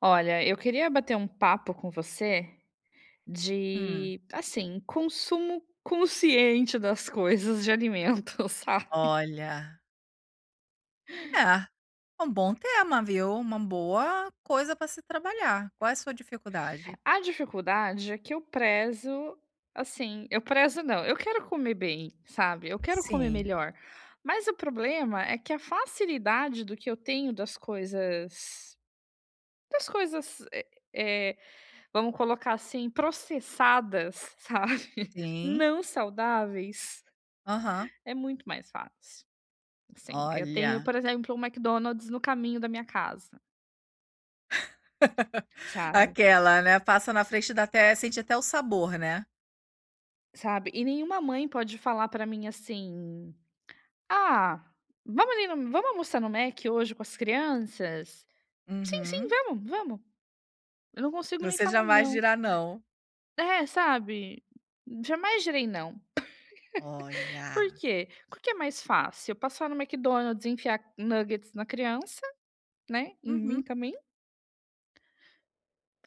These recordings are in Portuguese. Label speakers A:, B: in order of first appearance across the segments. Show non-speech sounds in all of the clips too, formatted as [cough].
A: Olha, eu queria bater um papo com você
B: Hum,
A: de, assim, consumo consciente das coisas de alimentos, [laughs] sabe.
B: olha, é, um bom tema, viu, uma boa coisa para se trabalhar. Qual é a sua dificuldade?
A: A dificuldade é que eu prezo não, eu quero comer bem, sabe, eu quero comer
B: Sim,
A: melhor, mas o problema é que a facilidade do que eu tenho das coisas, eh, vamos colocar assim, processadas, [laughs] sabe,
B: sim,
A: não saudáveis,
B: aham.
A: é muito mais fácil. Sim, eu tenho,
B: Olha,
A: por exemplo, um McDonald's no caminho da minha casa,
B: [laughs]
A: sabe,
B: aquela, né, passa na frente da até sente até o sabor, né.
A: sabe. E nenhuma mãe pode falar pra mim assim: "Ah, vamos almoçar no Mac hoje com as crianças?". "Sim, sim,
B: Uhum.
A: vamos, vamos". Eu não consigo nem
B: Você
A: falar
B: jamais
A: não.
B: dirá não.
A: É, sabe, jamais direi não. Por
B: Olha.
A: quê? Porque é mais fácil eu passar no McDonald's e enfiar nuggets na criança, né, em mim
B: Uhum,
A: também.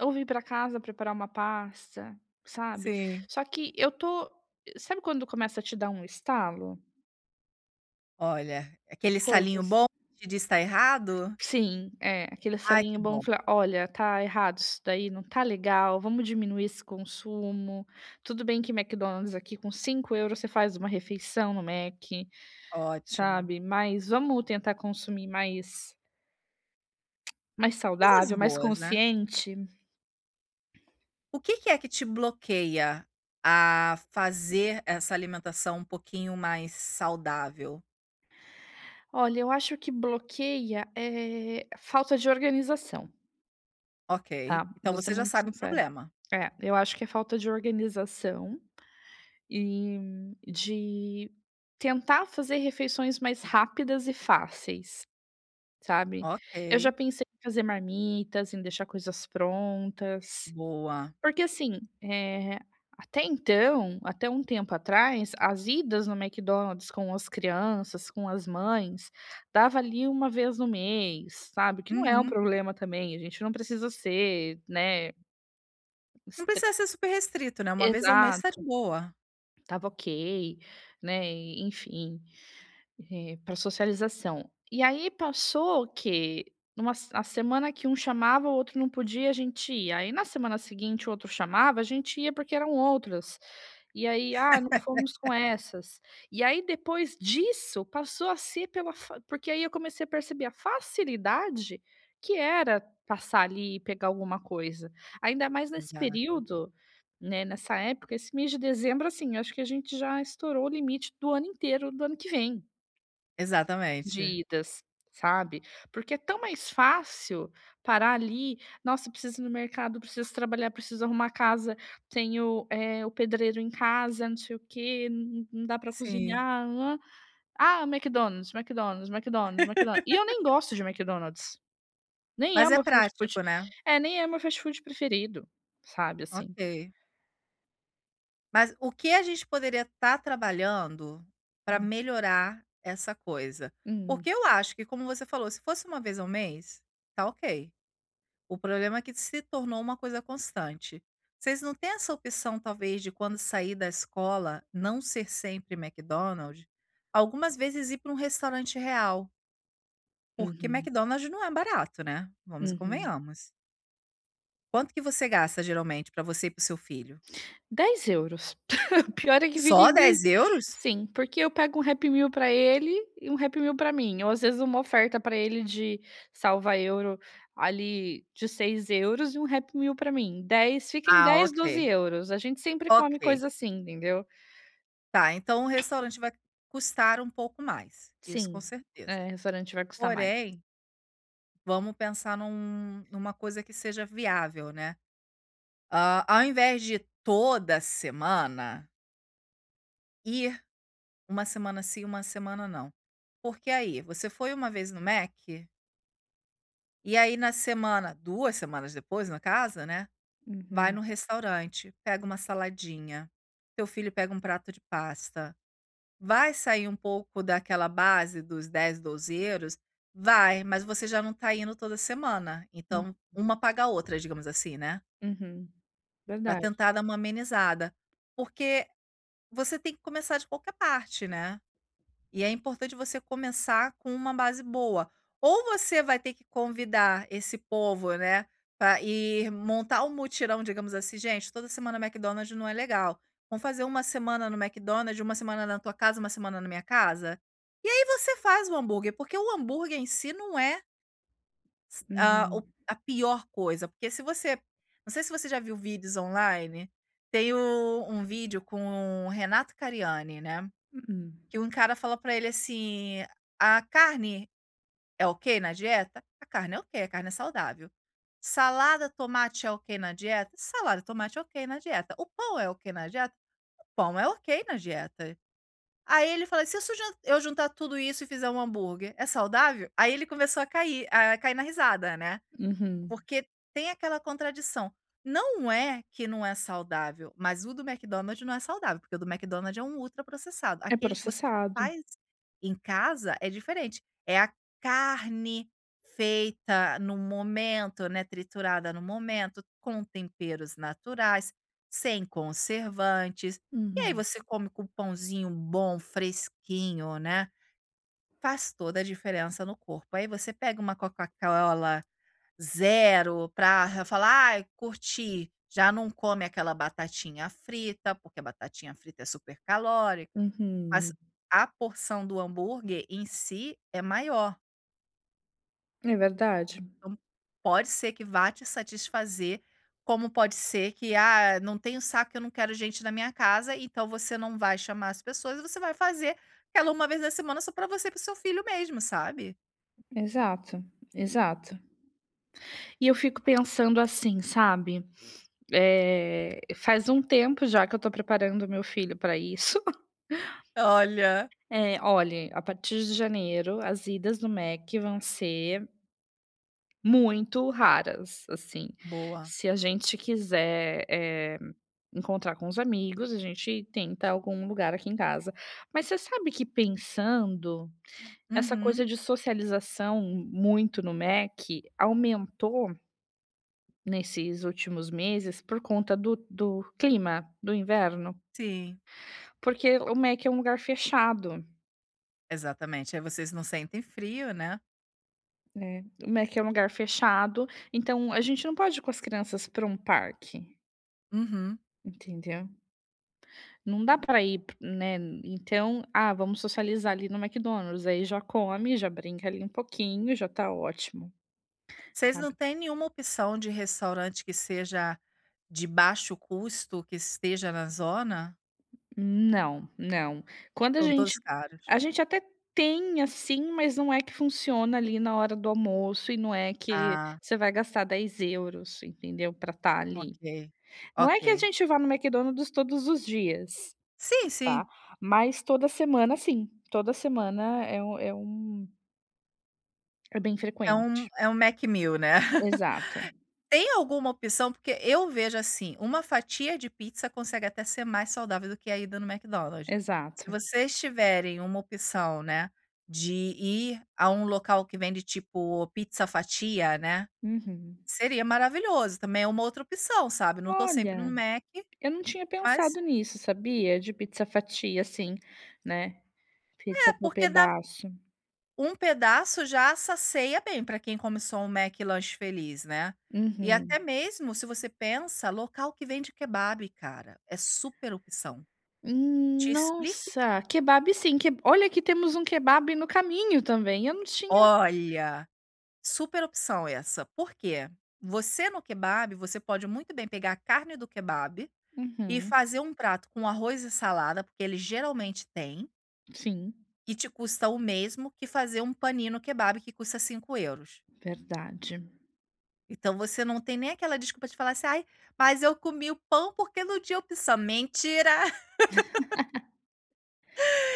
A: Ou vir pra casa preparar uma pasta, sabe.
B: sim.
A: Só que eu tô, sabe quando começa a te dar um estalo
B: Olha, aquele
A: de
B: salinho
A: coisas?
B: bom que te diz: "Tá errado".
A: Sim, é, aquele
B: Ai, que
A: salinho bom
B: bom,
A: falar: "Olha, tá errado isso daí, não tá legal, vamos diminuir esse consumo. Tudo bem que McDonald's aqui com €5 você faz uma refeição no Mac,
B: ótimo.
A: sabe, mas vamos tentar consumir mais
B: Coisas
A: saudável, mais
B: boas, né.
A: consciente".
B: O que que é que te bloqueia a fazer essa alimentação um pouquinho mais saudável?
A: Olha, eu acho que bloqueia, falta de organização.
B: Ok,
A: Tá,
B: então
A: vou ser
B: você já
A: muito
B: sabe o
A: sincera.
B: problema.
A: É, eu acho que é falta de organização e de tentar fazer refeições mais rápidas e fáceis, sabe.
B: Ok,
A: Eu já pensei em fazer marmitas, em deixar coisas prontas,
B: boa.
A: porque assim, até então, até um tempo atrás, as idas no McDonald's com as crianças, com as mães, dava ali uma vez no mês, sabe, que não é um
B: Uhum.
A: problema também, a gente não precisa ser, né.
B: Não precisa ser super restrito, né, uma vez ao mês tá de
A: Exato,
B: boa.
A: estava ok, né, enfim, para socialização. E aí passou que numa, se a semana que um chamava, o outro não podia, a gente ia. Aí na semana seguinte o outro chamava, a gente ia porque eram outras. E aí: "Ah, não fomos com essas". E aí depois disso, passou a ser pela fa- porque aí eu comecei a perceber a facilidade que era passar ali e pegar alguma coisa. Ainda mais nesse
B: Exato,
A: período, né, nessa época, esse mês de dezembro, assim, acho que a gente já estourou o limite do ano inteiro do ano que vem. De
B: exatamente.
A: idas, sabe. Porque é tão mais fácil parar ali: "Nossa, preciso ir no mercado, preciso trabalhar, preciso arrumar a casa, tenho, o pedreiro em casa, não sei o quê, não dá pra
B: Sim,
A: cozinhar, hã". "Ah, McDonald's, McDonald's, McDonald's, McDonald's". E eu nem gosto de McDonald's, nem é
B: mas
A: o
B: é
A: meu fast food,
B: prático, né.
A: é, nem é o meu fast food preferido, sabe, assim.
B: Ok. Mas o que a gente poderia estar trabalhando para
A: Hum,
B: melhorar essa coisa?
A: uhum,
B: Porque eu acho que, como você falou, se fosse uma vez ao mês, tá ok. O problema é que se tornou uma coisa constante. Vocês não têm essa opção, talvez, de quando sair da escola, não ser sempre McDonald's? Algumas vezes ir para um restaurante real, porque
A: uhum,
B: McDonald's não é barato, né? Vamos e
A: uhum.
B: convenhamos. Quanto que você gasta, geralmente, para você e para o seu filho?
A: €10. [laughs] O pior é que fica
B: Só
A: em 10,
B: €10?
A: sim, porque eu pego um Happy Meal pra ele e um Happy Meal pra mim, ou às vezes uma oferta pra ele de salva euro ali de €6 e um Happy Meal pra mim, dez, fica em
B: Ah,
A: dez,
B: ok,
A: €12. A gente sempre come
B: ok.
A: coisa assim, entendeu.
B: Tá, então o restaurante vai custar um pouco mais, isso com
A: Sim, é,
B: certeza.
A: restaurante vai custar mais.
B: Porém, vamos pensar numa coisa que seja viável, né? Ah, ao invés de toda semana, ir uma semana sim, uma semana não. Porque aí, você foi uma vez no Mac, e aí na semana 2 semanas depois, na casa né, vai no
A: Uhum,
B: restaurante, pega uma saladinha, teu filho pega um prato de pasta, vai sair um pouco daquela base dos 10, €12? Vai, mas você já não tá indo toda semana,
A: hum,
B: então uma paga a outra, digamos assim, né,
A: uhum,
B: pra
A: verdade.
B: tentar dar uma amenizada. Porque você tem que começar de qualquer parte, né. E é importante você começar com uma base boa. Ou você vai ter que convidar esse povo, né, pra ir montar um mutirão, digamos assim: "Gente, toda semana McDonald's não é legal. Vamos fazer uma semana no McDonald's, uma semana na tua casa, uma semana na minha casa?". E aí você faz o hambúrguer, porque o hambúrguer em si não é s a o
A: Uhum,
B: a pior coisa, porque se você não sei se você já viu vídeos online, tem o um vídeo com o Renato Cariani, né.
A: uhum,
B: Que um cara fala pra ele assim: "A carne é ok na dieta?" "A carne é ok, a carne é saudável." "Salada, tomate é ok na dieta?" "Salada tomate é ok na dieta." "O pão é ok na dieta?" "O pão é ok na dieta." Aí ele fala: se eu sujun eu juntar tudo isso e fizer um hambúrguer, é saudável?" Aí ele começou a cair na risada, né.
A: uhum.
B: Porque tem aquela contradição. Não é que não é saudável, mas o do McDonald's não é saudável, porque o do McDonald's é um ultraprocessado.
A: É
B: Aquele que você
A: processado.
B: faz em casa é diferente. É a carne feita no momento, né, triturada no momento, com temperos naturais, sem conservantes. E aí
A: Uhum,
B: você come com pãozinho bom, fresquinho, né? Faz toda a diferença no corpo. Aí você pega uma Coca-Cola zero para falar: "Ai, curti". Já não come aquela batatinha frita, porque a batatinha frita é super calórica, mas
A: uhum.
B: a porção do hambúrguer em si é maior.
A: É verdade,
B: Então, pode ser que vá te satisfazer, como pode ser que: "Ah, não tenho saco, eu não quero gente na minha casa", então você não vai chamar as pessoas e você vai fazer aquela uma vez na semana só para você e para seu filho mesmo, sabe.
A: exato, exato. E eu fico pensando assim, sabe? É, faz um tempo já que eu tô preparando meu filho para isso. [laughs]
B: Olha.
A: É, olha, a partir de janeiro, as idas no Mac vão ser muito raras, assim.
B: Boa.
A: Se a gente quiser, encontrar com os amigos, a gente tenta algum lugar aqui em casa. Mas você sabe que pensando, essa
B: Uhum.
A: coisa de socialização muito no Mac aumentou nesses últimos meses, por conta do clima, do inverno,
B: Sim.
A: porque o MEC é um lugar fechado,
B: Exatamente, aí vocês não sentem frio, né.
A: né, o MEC é um lugar fechado, então a gente não pode ir com as crianças para um parque,
B: Uhum.
A: entendeu. Não dá para ir, né, então: "Ah, vamos socializar ali no McDonald's", aí já come, já brinca ali um pouquinho, já tá ótimo,
B: Vocês
A: sabe.
B: não têm nenhuma opção de restaurante que seja de baixo custo, que esteja na zona?
A: Não, não. Quando a
B: São todos
A: gente,
B: caros.
A: a gente até tem, assim, mas não é que funciona ali na hora do almoço e não é que
B: Ah,
A: você vai gastar €10, entendeu, pra estar
B: ok,
A: ali. Não
B: ok.
A: é que a gente vá no McDonald's todos os dias,
B: Sim,
A: tá,
B: sim,
A: mas toda semana sim, toda semana é um é bem
B: é um
A: frequente.
B: é um Mac Meal, né.
A: Exato,
B: Tem alguma opção? Porque eu vejo assim, uma fatia de pizza consegue até ser mais saudável do que a ida no McDonald's. Se
A: exato.
B: vocês tiverem uma opção, né, de ir a um local que vende tipo pizza fatia, né,
A: Uhum.
B: seria maravilhoso, também é uma outra opção, sabe, não tô sempre no
A: Olha,
B: Mac,
A: eu não tinha
B: mas
A: pensado nisso, sabia, de pizza fatia, assim, né, pizza
B: é
A: por
B: porque dá
A: pedaço.
B: um pedaço já sacia bem para quem come só um Mac lanche feliz, né. E até
A: Uhum.
B: mesmo se você pensa, local que vende kebab, cara, é super opção. Te explico
A: Nossa, kebab sim, que olha que temos um kebab no caminho também, eu não tinha.
B: olha, super opção essa, por quê? Você no Kebab, você pode muito bem pegar a carne do Kebab e
A: Uhum,
B: fazer um prato com arroz e salada, porque ele geralmente tem,
A: sim,
B: e te custa o mesmo que fazer um panino Kebab que custa €5.
A: verdade.
B: Então você não tem nem aquela desculpa de falar assim: "Ai, mas eu comi o pão porque não tinha opção", mentira.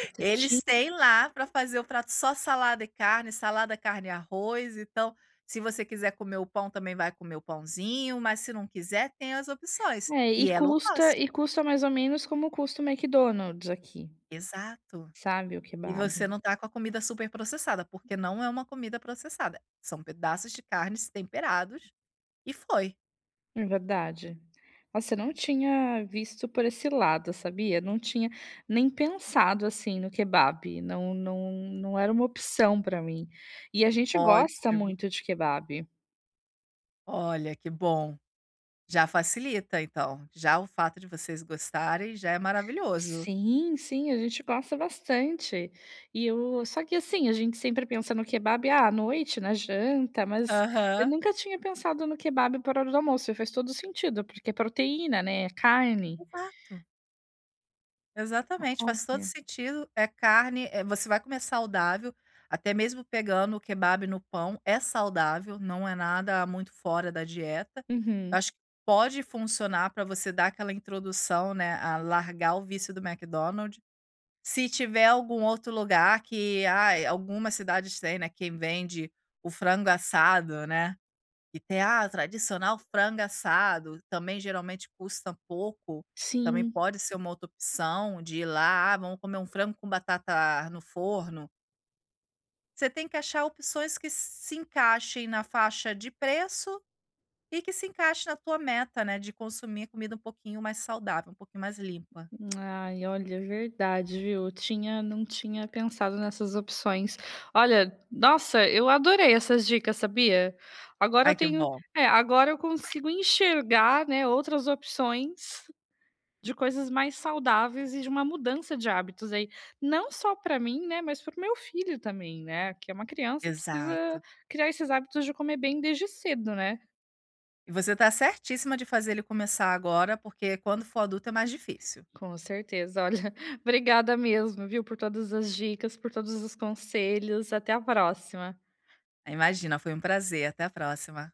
A: Você tinha,
B: Eles têm lá para fazer o prato só salada e carne, salada, carne e arroz, então, se você quiser comer o pão, também vai comer o pãozinho, mas se não quiser, tem as opções.
A: é,
B: E
A: e
B: é low cost.
A: custa e custa mais ou menos como custa o McDonald's aqui,
B: Exato.
A: sabe, o
B: E
A: kebab.
B: você não tá com a comida super processada, porque não é uma comida processada, são pedaços de carnes temperados e foi.
A: É verdade. Nossa, eu não tinha visto por esse lado, sabia? Não tinha nem pensado, assim, no kebab, não não era uma opção para mim. E a gente gosta
B: Ótimo.
A: muito de kebab.
B: Olha, que bom. Já facilita então, já o fato de vocês gostarem já é maravilhoso.
A: Sim, sim, a gente gosta bastante. E eu só que, assim, a gente sempre pensa no kebab, ah, à noite, na janta, mas eu
B: Aham.
A: nunca tinha pensado no kebab por hora do almoço, e faz todo sentido, porque é proteína, né, é carne.
B: Exato. Exatamente, faz todo
A: Olha.
B: sentido. É carne, você vai comer saudável, até mesmo pegando o kebab no pão, é saudável, não é nada muito fora da dieta.
A: Uhum.
B: Acho que pode funcionar para você dar aquela introdução, né, a largar o vício do McDonald's. Se tiver algum outro lugar que, ah algumas cidades têm, né, quem vende o frango assado, né? E ter, ah, tradicional frango assado, também geralmente custa pouco, também
A: Sim.
B: pode ser uma outra opção de ir lá, ah, vamos comer um frango com batata no forno. Você tem que achar opções que se encaixem na faixa de preço e que se encaixe na tua meta, né, de consumir comida um pouquinho mais saudável, um pouquinho mais limpa.
A: Ai, olha, é verdade, viu, eu tinha, não tinha pensado nessas opções. Olha, nossa, eu adorei essas dicas, sabia? Agora
B: Ai,
A: eu
B: que
A: tenho,
B: bom.
A: é, agora eu consigo enxergar, né, outras opções. De coisas mais saudáveis e de uma mudança de hábitos aí, não só para mim, né, mas para o meu filho também, né, que é uma criança e
B: Exato.
A: precisa criar esses hábitos de comer bem desde cedo, né.
B: E você tá certíssima de fazer ele começar agora, porque quando for adulto é mais difícil.
A: Com certeza, olha, [laughs] obrigada mesmo, viu, por todas as dicas, por todos os conselhos, até a próxima.
B: Imagina, foi um prazer. Até a próxima.